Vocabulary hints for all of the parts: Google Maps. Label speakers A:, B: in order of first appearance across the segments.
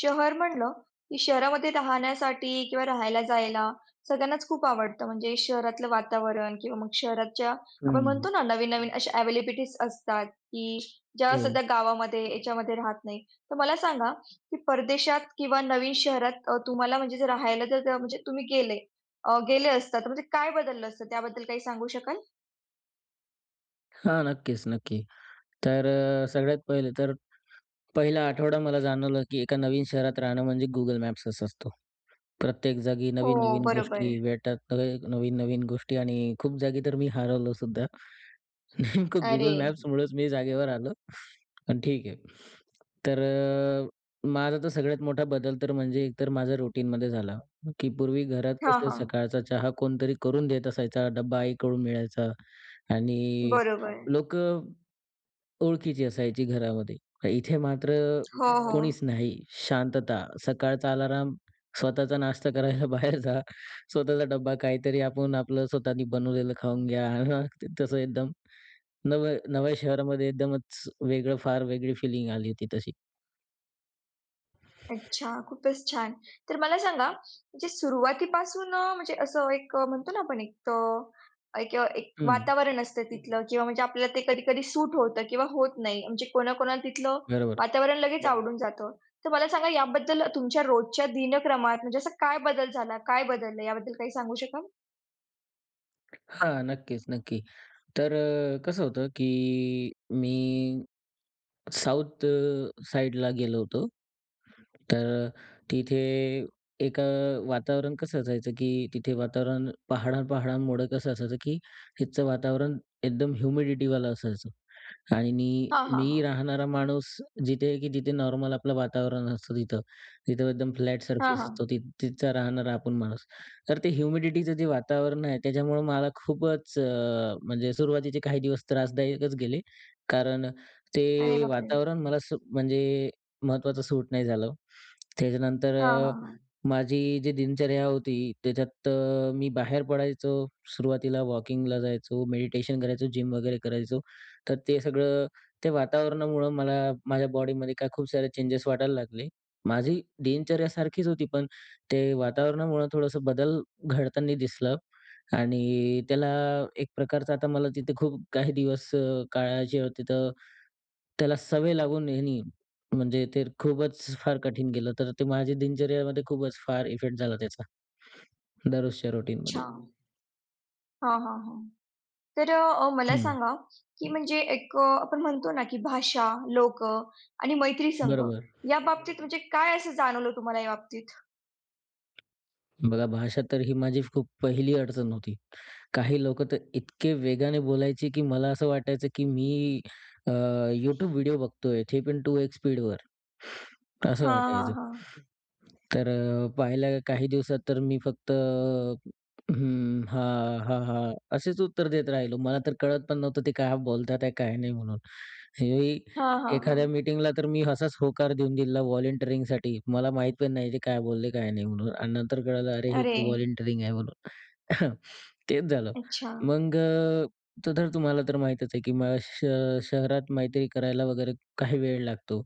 A: शहर म्हणलं, की शहरामध्ये राहण्यासाठी किंवा राहायला जायला सगळ्यांनाच खूप आवडतं. म्हणजे शहरातलं वातावरण किंवा मग शहराच्या आपण
B: हं.
A: म्हणतो ना, नवीन-नवीन अशा अवेलेबिलिटीज असतात, की ज्या
B: हो.
A: सध्या गावामध्ये याच्यामध्ये राहत नाही. तर मला सांगा, की परदेशात किंवा नवीन शहरात तुम्हाला म्हणजे जर राहायला जर जर म्हणजे तुम्ही गेले असता, तर म्हणजे काय बदललं असतं? त्याबद्दल काही सांगू शकाल?
B: हां. नक्कीच, नक्की. तर सगळ्यात पहिले तर पहिला आठवडा मला जाणवलं, की एका नवीन शहरात राहणं म्हणजे Google Mapsच असतो. प्रत्येक जागी
A: हो,
B: नवीन-नवीन
A: बरोबर.
B: गोष्टी भेटतात, नवे नवीन-नवीन गोष्टी आणि खूप जागी तर मी हरवलो सुद्धा. नेमकं
A: अरे!
B: Google Mapsमुळेच मी जागेवर आलो. पण ठीक आहे. तर माझा तर सगळ्यात मोठा बदल तर म्हणजे एकतर माझ्या रुटीनमध्ये झाला, की पूर्वी घरात
A: हां,
B: कसं
A: हां.
B: सकाळचा चहा कोणतरी करून देत असायचा, डब्बा आईकडून मिळायचा आणि
A: बरोबर.
B: लोकं ओळखीची असायची घरामध्ये. तर इथे मात्र
A: हो, हो.
B: कोणीच नाही. शांतता. सकाळचा अलार्म, स्वतःचा नाश्ता करायला बाहेर जा. स्वतःचा डब्बा काहीतरी आपण आपलं स्वतःनी बनवलेलं खाऊन घ्या. हा, ते तसं एकदम नवं नव्या शहरामध्ये एकदमच वेगळं, फार वेगळी फिलिंग आली होती तशी.
A: अच्छा, खूपच छान. तर मला सांगा, म्हणजे सुरुवातीपासून म्हणजे असं म्हणतो ना आपण एक
B: हं,
A: वातावरण असतं तिथलं किंवा म्हणजे आपल्याला ते कधी-कधी सूट होतं किंवा होत नाही. म्हणजे कोणाकोणाला तिथलं
B: बरोबर.
A: वातावरण लगेच बरोबर. आवडून जातं. तर मला सांगा याबद्दल तुमच्या रोजच्या दिनक्रमात म्हणजे असा काय बदल झाला? काय बदललं याबद्दल काही सांगू शकाल?
B: हां, नक्कीच, नक्की. तर कसं होतं, की मी साउथ साइडला गेलो होतो. तर तिथे एक वातावरण कसं असायचं, की तिथे वातावरण पहाडां-पहाडांमुळं कसं असायचं, की तिथचं वातावरण एकदम ह्युमिडिटीवालं असायचं. आणि
A: हां, हां,
B: मी
A: हां.
B: राहणारा माणूस जिथे की तिथे नॉर्मल आपलं वातावरण असतं तिथं. तिथं एकदम फ्लॅट
A: हां,
B: सरफेस
A: हो.
B: असतो तिथचा राहणारा आपण माणूस. तर ते ह्युमिडिटीचं जे वातावरण आहे त्याच्यामुळं मला खूपच म्हणजे सुरुवातीचे काही दिवस त्रासदायकच गेले. कारण
A: अरे
B: ते
A: बापरे!
B: वातावरण मला म्हणजे महत्त्वाचं सूट नाही झालं. त्याच्यानंतर
A: हां, हां, हां.
B: माझी जी दिनचर्या होती त्याच्यात मी बाहेर पडायचो. सुरुवातीला वॉकिंगला जायचो, मेडिटेशन करायचो, जिम वगैरे करायचो. तर ते सगळं त्या वातावरणामुळं मला माझ्या बॉडीमध्ये काय खूप सारे चेंजेस वाटायला लागले. माझी दिनचर्या सारखीच होती, पण ते वातावरणामुळं थोडंसं बदल घडताना दिसलं. आणि त्याला एक प्रकारचा आता मला तिथे खूप काही दिवस काळाची होती तर त्याला सवय लागून ह्यानी म्हणजे ते खूपच फार कठीण गेलं. तर ते माझ्या दिनचर्यामध्ये खूपच फार इफेक्ट झाला त्याचा. दररोजच्या
A: अच्छा.
B: रुटीनमध्ये.
A: हां, हां, हां. तर मला
B: हं.
A: सांगा, की म्हणजे आपण म्हणतो ना, की भाषा, लोक आणि मैत्री संघ
B: बरोबर.
A: या बाबतीत म्हणजे काय असं जाणवलं तुम्हाला या बाबतीत?
B: बघा भाषा तर ही माझी खूप पहिली अडचण होती. काही लोकं तर इतके वेगाने बोलायचे की मला असं वाटायचं की मी YouTube व्हिडिओ बघतोय, "3.2x स्पीडवर." असं
A: हां, हां,
B: वाटायचं.
A: हां.
B: तर पाहिलं काही दिवसात तर मी फक्त हं, हां, हां, हां, असेच उत्तर देत राहिलो. मला तर कळत पण नव्हतं ते काय बोलतात आहे काय नाही म्हणून. हे
A: हां, हां, हां.
B: एखाद्या मीटिंगला तर मी असाच होकार देऊन दिला व्हॉलंटिअरिंगसाठी. मला माहीत पण नाही ते काय बोलले काय नाही म्हणून आणि नंतर कळालं अरे हे
A: अरे!
B: तर व्हॉलंटिअरिंग आहे म्हणून. तेच झालं.
A: अच्छा.
B: मग तर तर तुम्हाला तर माहीतच आहे की मला शहरात मैत्री करायला वगैरे काही वेळ लागतो.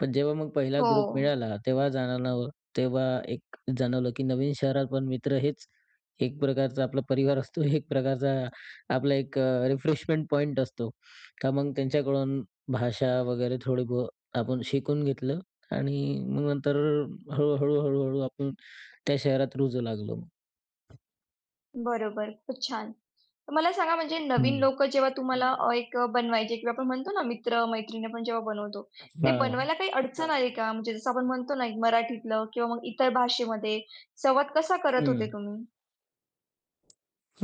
B: पण जेव्हा मग पहिला
A: हो.
B: ग्रुप मिळाला तेव्हा जाणवलं तेव्हा एक जाणवलं, की नवीन शहरात पण मित्र हेच एक प्रकारचा आपला परिवार असतो. एक प्रकारचा आपला एक रिफ्रेशमेंट पॉइंट असतो. तर मग त्यांच्याकडून भाषा वगैरे थोडी बहुत आपण शिकून घेतलं आणि मग नंतर हळू, हळू, आपण त्या शहरात रुजू लागलो.
A: बरोबर. खूप छान. तर मला सांगा म्हणजे नवीन
B: हं.
A: लोक जेव्हा तुम्हाला बनवायचे किंवा आपण म्हणतो ना मित्र-मैत्रिणी आपण जेव्हा बनवतो, ते
B: हां.
A: बनवायला काही अडचण आली का? म्हणजे जसं आपण म्हणतो ना एक मराठीतलं किंवा मग इतर भाषेमध्ये संवाद कसा करत होते
B: हं.
A: तुम्ही?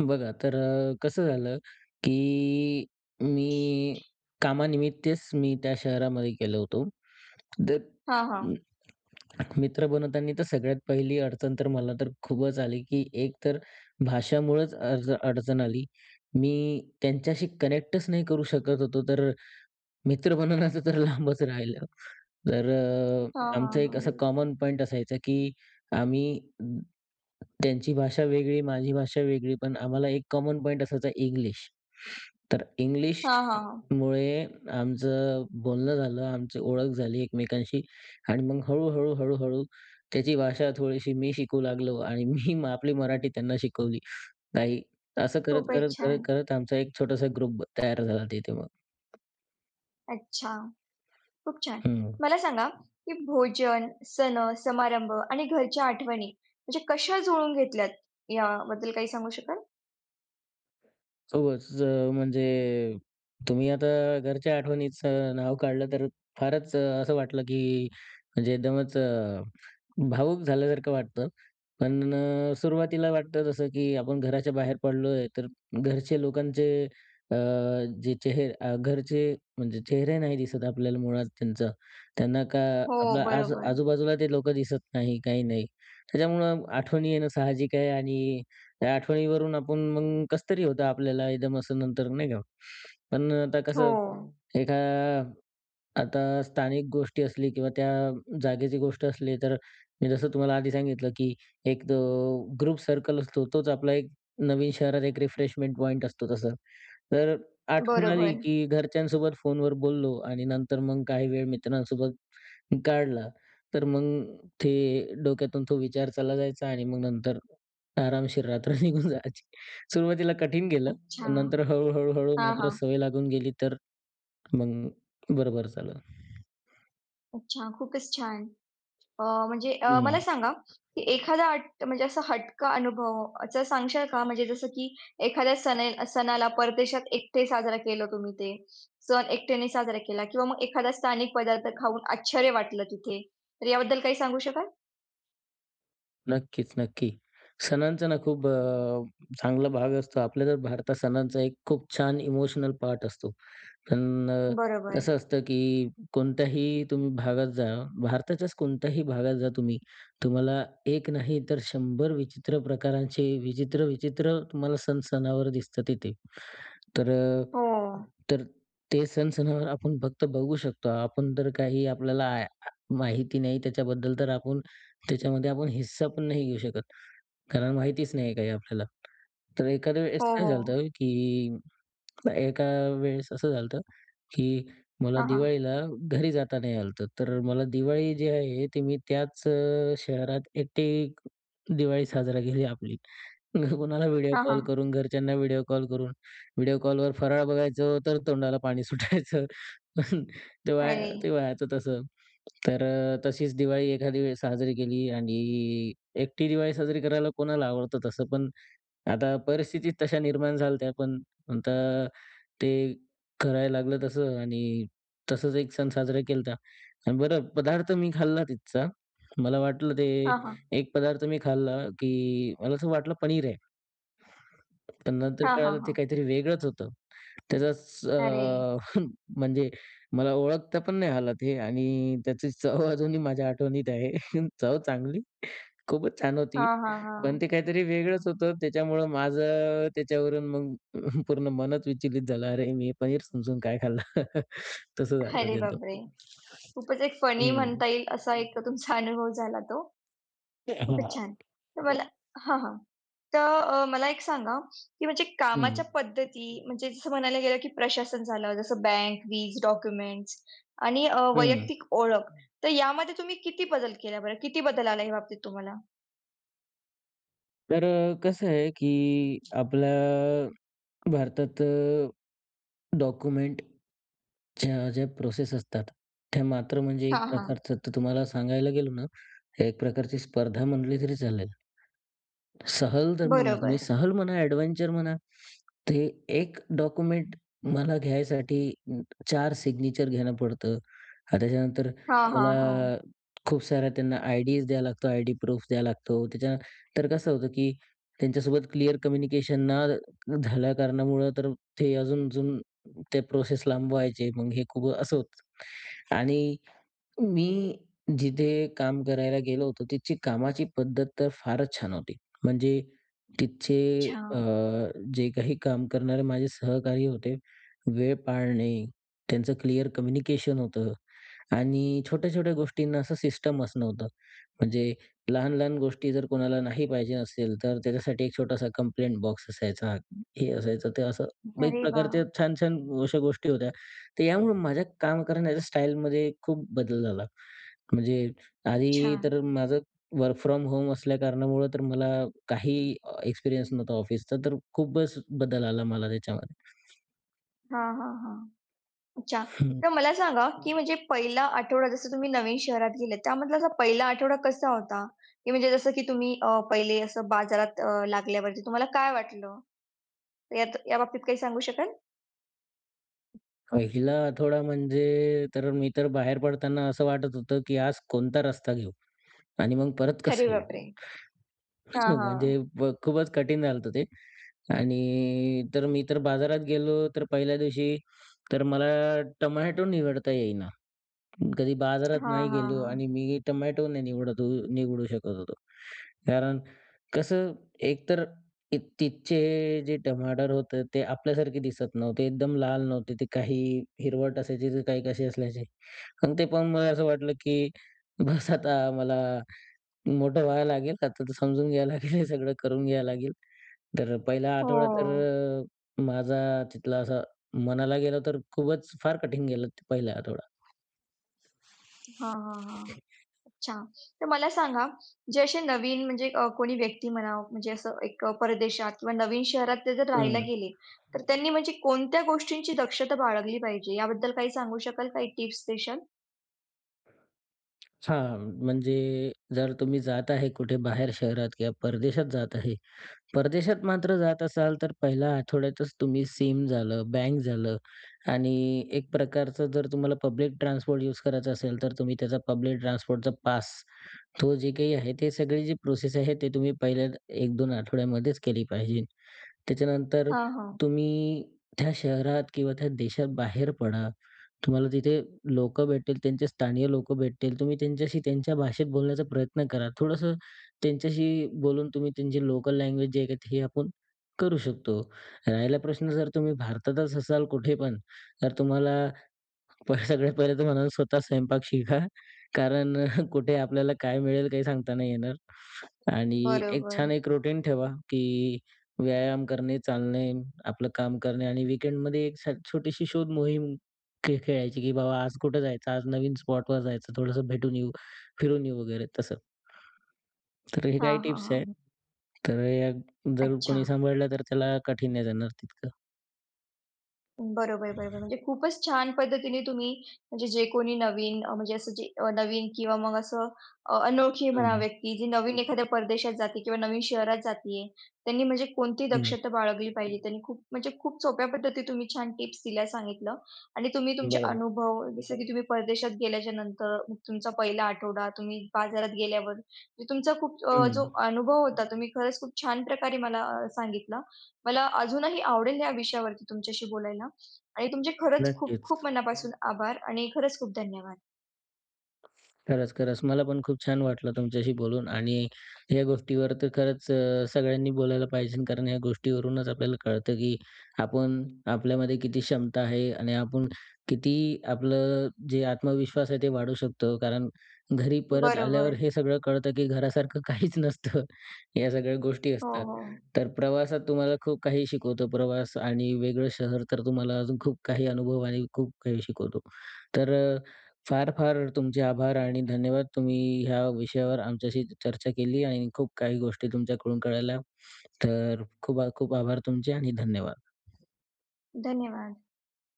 B: बघा तर कसं झालं, की मी कामानिमित्तच मी त्या शहरामध्ये गेलो होतो. तर
A: हां, हां.
B: मित्र बनवताना तर सगळ्यात पहिली अडचण तर मला तर खूपच आली, की एक तर भाषामुळेच अर्ज अडचण आली. मी त्यांच्याशी कनेक्टच नाही करू शकत होतो. तर मित्र बनवण्याचं तर लांबच राहिलं. तर
A: हां,
B: आमचा
A: हां,
B: एक असा
A: हां.
B: कॉमन पॉइंट असायचा, की आम्ही अं, त्यांची भाषा वेगळी, माझी भाषा वेगळी, पण आम्हाला एक कॉमन पॉइंट असायचा इंग्लिश. तर
A: हां, हां, हां.
B: इंग्लिशमुळे आमचं बोलणं झालं, आमची ओळख झाली एकमेकांशी आणि मग हळू-हळू, हळूहळू त्याची भाषा थोडीशी मी शिकू लागलो आणि मी मग आपली मराठी त्यांना शिकवली. काही असं करत,
A: खूपच
B: करत,
A: छान.
B: करत, करत आमचा एक छोटासा ग्रुप तयार झाला तिथे मग.
A: अच्छा, खूप छान.
B: हं.
A: मला सांगा, की भोजन, सण, समारंभ आणि घरच्या आठवणी म्हणजे कशा जुळवून घेतल्यात, याबद्दल काही सांगू शकाल?
B: खूपच म्हणजे तुम्ही आता घरच्या आठवणीचं नाव काढलं तर फारच असं वाटलं, की म्हणजे एकदमच भावुक झाल्यासारखं वाटतं. पण सुरुवातीला वाटतं तसं, की आपण घराच्या बाहेर पडलोय तर घरचे लोकांचे अ, जे चेहरे घरचे म्हणजे चेहरे नाही दिसत आपल्याला मुळात त्यांचा. त्यांना का
A: हो,
B: आपल्या
A: बरोबर.
B: आजूबाजूला ते लोकं दिसत नाही, काही नाही. त्याच्यामुळं आठवणी येणं साहजिक आहे आणि त्या आठवणीवरून आपण मग कसंतरी होतं आपल्याला एकदम असं नंतर नाही का. पण आता
A: हो,
B: कसं एका आता स्थानिक गोष्टी असली किंवा त्या जागेची गोष्ट असली, तर मी जसं तुम्हाला आधी सांगितलं, की एक ग्रुप सर्कल असतो. तोच आपला एक नवीन शहरात एक रिफ्रेशमेंट पॉइंट असतो तसं. तर आठवण आली,
A: बरोबर.
B: की घरच्यांसोबत फोनवर बोललो आणि नंतर मग काही वेळ मित्रांसोबत काढला. तर मग ते डोक्यातून तो विचार चालला जायचा आणि मग नंतर आरामशीर रात्र निघून जायची. सुरुवातीला कठीण गेलं,
A: अच्छा.
B: पण नंतर हळू, हळू
A: हां,
B: मात्र
A: हां.
B: सवय लागून गेली तर मग बरोबर झालं.
A: अच्छा, खूपच छान.
B: हं.
A: मला सांगा, की एखादा अट म्हणजे असा हटका अनुभव असं सांगशाल का? म्हणजे जसं की एखाद्या सणे सणाला परदेशात एकटे साजरा केलं तुम्ही ते. सण एकट्याने साजरा केला किंवा मग एखादा स्थानिक पदार्थ खाऊन आश्चर्य वाटलं तिथे. तर याबद्दल काही सांगू शकाल?
B: नक्कीच, नक्की. सणांचा ना खूप चांगला भाग असतो. आपल्या तर भारतात सणांचा एक खूप छान इमोशनल पार्ट असतो. पण
A: बरोबर.
B: कसं असतं, की कोणत्याही तुम्ही भागात जा, भारताच्याच कोणत्याही भागात जा तुम्ही, तुम्हाला एक नाही तर 100 विचित्र प्रकारांचे विचित्र-विचित्र तुम्हाला सण सणावर दिसतात तिथे. तर
A: हो.
B: तर ते सण सणावर आपण फक्त बघू शकतो. आपण तर काही आपल्याला आ आ माहिती नाही त्याच्याबद्दल, तर आपण त्याच्यामध्ये आपण हिस्सा पण नाही घेऊ शकत. कारण माहितीच नाही काही आपल्याला. तर एखाद्या वेळेस
A: हो,
B: काय
A: हो.
B: झालं की एका वेळेस असं झालं की मला
A: हां, हां.
B: दिवाळीला घरी जाता नाही आलं तर मला दिवाळी जी आहे, ती मी त्याच शहरात एकटी दिवाळी साजरा केली आपली. कुणाला व्हिडिओ
A: हां,
B: कॉल
A: हां.
B: करून, घरच्यांना व्हिडिओ कॉल करून. व्हिडिओ कॉलवर फराळ बघायचो, तर तोंडाला पाणी सुटायचं. पण
A: अरे!
B: ते व्हायचं तसं. तर तशीच दिवाळी एखादी वेळेस साजरी केली आणि एकटी दिवाळी साजरी करायला कोणाला आवडतं तसं. पण आता परिस्थिती तशा निर्माण झाल्या पण आता ते करायला लागलं तसं आणि तसंच एक सण साजरा केला आणि बरं पदार्थ मी खाल्ला तिथचा. मला वाटलं ते
A: हां, हां.
B: एक पदार्थ मी खाल्ला, की मला असं वाटलं पनीर आहे. पण नंतर
A: हां, हां,
B: कळालं ते
A: हां.
B: काहीतरी वेगळंच होतं. त्याचा स अ,
A: अरे!
B: म्हणजे मला ओळखता पण नाही आला ते आणि त्याची चव अजूनही माझ्या आठवणीत आहे. चव चांगली, खूपच छान होती.
A: हां, हां,
B: पण
A: हां.
B: ते काहीतरी वेगळंच होतं. त्याच्यामुळं माझं त्याच्यावरून मग पूर्ण मनच विचलित झालं. अरे, मी पनीर समजून काय खाल्लं? तसं झालं
A: अरे
B: ते एकदम.
A: बापरे! खूपच एक फनी
B: हं.
A: म्हणता येईल असा एक तुमचा अनुभव झाला तो.
B: ते
A: खूपच
B: हां.
A: छान. तर मला हां, हां. तर मला एक सांगा, की म्हणजे
B: हं,
A: कामाच्या पद्धती म्हणजे जसं म्हणायला गेलं, की प्रशासन झालं, जसं बँक, वीज, डॉक्युमेंट्स आणि
B: हं.
A: वैयक्तिक ओळख. तर यामध्ये तुम्ही किती बदल केला बरं? किती बदल आला या बाबतीत तुम्हाला?
B: तर कसं आहे, की आपल्या भारतात डॉक्युमेंट ज्या ज्या प्रोसेस असतात, त्या मात्र म्हणजे एक
A: हां, हां.
B: प्रकारचं तर तुम्हाला सांगायला गेलो ना, एक प्रकारची स्पर्धा म्हटली तरी चालेल. सहल तर म्हणा,
A: बरोबर.
B: तुम्ही सहल म्हणा, ॲडव्हेंचर म्हणा, ते एक डॉक्युमेंट मला घ्यायसाठी चार सिग्नेचर घेणं पडतं. आणि त्याच्यानंतर
A: हां, हां,
B: मला
A: हां.
B: खूप साऱ्या त्यांना आयडीज द्यावा लागतो, आयडी प्रूफ द्यावा लागतो. त्याच्या तर कसं होतं, की त्यांच्यासोबत क्लिअर कम्युनिकेशन ना झाल्या कारणामुळं तर ते अजून-अजून त्या प्रोसेस लांब व्हायचे. मग हे खूप असं होतं. आणि मी जिथे काम करायला गेलो होतो, तिथची कामाची पद्धत तर फारच छान होती. म्हणजे तिथचे
A: अच्छा.
B: अ, जे काही काम करणारे माझे सहकारी होते, वेळ पाळणे, त्यांचं क्लिअर कम्युनिकेशन होतं आणि छोट्या-छोट्या गोष्टींना असं सिस्टमच नव्हतं. म्हणजे लहान-लहान गोष्टी जर कोणाला नाही पाहिजे असेल, तर त्याच्यासाठी एक छोटासा कंप्लेंट बॉक्स असायचा. हे असायचं, ते असं एक
A: अरे वाह!
B: प्रकारच्या छान-छान अशा गोष्टी होत्या. तर यामुळे माझ्या काम करण्याच्या स्टाईलमध्ये खूप बदल झाला. म्हणजे
A: खूप
B: आधी
A: छान.
B: तर माझं वर्क फ्रॉम होम असल्या कारणामुळं तर मला काही एक्सपिरियन्स नव्हता ऑफिसचा, तर खूपच बदल आला मला त्याच्यामध्ये.
A: हां, हां, हां. अच्छा.
B: हम्म.
A: तर मला सांगा, की म्हणजे पहिला आठवडा जसं तुम्ही नवीन शहरात गेलेत, त्यामधला असा पहिला आठवडा कसा होता? की म्हणजे जसं की तुम्ही पहिले असं बाजारात लागल्यावरती तुम्हाला काय वाटलं? यात या बाबतीत काही सांगू शकाल?
B: पहिला आठवडा म्हणजे तर मी तर बाहेर पडताना असं वाटत होतं, की आज कोणता रस्ता घेऊ आणि मग परत
A: अरे
B: कसं येऊ?
A: बापरे! हां,
B: म्हणजे
A: हां.
B: खूपच कठीण झालं होतं ते. आणि तर मी तर बाजारात गेलो, तर पहिल्या दिवशी तर मला टोमॅटो निवडता येईना. कधी बाजारात
A: हां,
B: नाही
A: हां,
B: गेलो
A: हां.
B: आणि मी टोमॅटो नाही निवडत हो निवडू शकत होतो. कारण कसं एकतर ती तिथचे जे टमाटर होते ते आपल्यासारखे दिसत नव्हते. एकदम लाल नव्हते. ते काही हिरवट असायचे तर काही कसे असल्याचे. आणि ते पण मला असं वाटलं, की बस आता मला मोठं व्हायला लागेल. आता तर समजून घ्यायला लागेल हे सगळं करून घ्यायला लागेल. तर पहिला आठवडा तर
A: हो.
B: माझा तिथला असा म्हणायला गेलं तर खूपच फार कठीण गेला ते पहिला आठवडा.
A: हां, हां, हां. अच्छा. तर मला सांगा, जे असे नवीन म्हणजे कोणी व्यक्ती म्हणा, म्हणजे असं परदेशात किंवा नवीन शहरात ते जर राहायला
B: हं.
A: गेले, तर त्यांनी म्हणजे कोणत्या गोष्टींची दक्षता बाळगली पाहिजे याबद्दल काही सांगू शकाल? काही टिप्स देशाल?
B: हां, म्हणजे जर तुम्ही जात आहे कुठे बाहेर शहरात किंवा परदेशात जात आहे. परदेशात मात्र जात असाल तर पहिल्या आठवड्यातच तुम्ही सिम झालं, बँक झालं आणि एक प्रकारचं जर तुम्हाला पब्लिक ट्रान्सपोर्ट यूज करायचा असेल, तर तुम्ही त्याचा पब्लिक ट्रान्सपोर्टचा पास तो जे काही आहे, ते सगळी जी प्रोसेस आहे ते तुम्ही पहिल्या 1-2 आठवड्यामध्येच केली पाहिजे. त्याच्यानंतर
A: हां, हां.
B: तुम्ही त्या शहरात किंवा त्या देशात बाहेर पडा. तुम्हाला तिथे लोक भेटतील, त्यांचे स्थानीय लोकं भेटतील. तुम्ही त्यांच्याशी त्यांच्या भाषेत बोलण्याचा प्रयत्न करा. थोडंसं त्यांच्याशी बोलून तुम्ही त्यांची लोकल लँग्वेज जे आहे हे आपण करू शकतो. राहिला प्रश्न जर तुम्ही भारतातच असाल कुठे पण, तर तुम्हाला सगळ्यात पहिले तर म्हणून स्वतः स्वयंपाक शिका. कारण कुठे आपल्याला काय मिळेल काही सांगता नाही येणार. आणि एक
A: बरोबर.
B: छान एक रुटीन ठेवा, की व्यायाम करणे, चालणे, आपलं काम करणे आणि वीकेंडमध्ये एक छोटीशी शोध मोहीम खेळायची, की बाबा आज कुठं जायचं, आज नवीन स्पॉटवर जायचं, थोडंसं भेटून येऊ, फिरून येऊ वगैरे तसं. तर हे
A: हां,
B: काही
A: हां,
B: टिप्स
A: हां.
B: आहेत. तर या जर
A: अच्छा.
B: कोणी सांभाळलं तर त्याला कठीण नाही जाणार तितकं.
A: बरोबर, बरोबर. म्हणजे खूपच छान पद्धतीने तुम्ही म्हणजे जे कोणी नवीन म्हणजे असं जे नवीन किंवा मग असं अनोळखी म्हणा
B: हं,
A: व्यक्ती जी नवीन हं. एखाद्या परदेशात जाते किंवा नवीन शहरात जातीये, त्यांनी म्हणजे कोणती
B: हं.
A: दक्षता बाळगली पाहिजे. त्यांनी खूप म्हणजे खूप सोप्या पद्धती तुम्ही छान टिप्स दिल्या सांगितलं आणि तुम्ही तुमचे
B: बरोबर.
A: अनुभव जसं की तुम्ही परदेशात गेल्याच्या नंतर मग तुमचा पहिला आठवडा, तुम्ही बाजारात गेल्यावर म्हणजे तुमचा खूप
B: हं.
A: जो अनुभव होता तुम्ही खरंच खूप छान प्रकारे मला सांगितला. मला अजूनही आवडेल या विषयावरती तुमच्याशी बोलायला. आणि तुमचे खरंच खूप
B: नक्कीच.
A: खूप मनापासून आभार आणि खरंच खूप धन्यवाद.
B: खरंच, खरंच. मला पण खूप छान वाटलं तुमच्याशी बोलून आणि या गोष्टीवर तर खरंच सगळ्यांनी बोलायला पाहिजे कारण या गोष्टीवरूनच आपल्याला कळतं, की आपण आपल्यामध्ये किती क्षमता आहे आणि आपण किती आपलं जे आत्मविश्वास आहे ते वाढवू शकतो. कारण घरी परत आल्यावर
A: बरोबर.
B: हे सगळं कळतं, की घरासारखं काहीच नसतं. या सगळ्या गोष्टी
A: हो,
B: असतात.
A: हो.
B: तर प्रवासात तुम्हाला खूप काही शिकवतो प्रवास आणि वेगळं शहर तर तुम्हाला अजून खूप काही अनुभव आणि खूप काही शिकवतो. तर फार-फार तुमचे आभार आणि धन्यवाद. तुम्ही ह्या विषयावर आमच्याशी चर्चा केली आणि खूप काही गोष्टी तुमच्याकडून कळाल्या. तर खूप खूप आभार तुमचे आणि धन्यवाद.
A: धन्यवाद.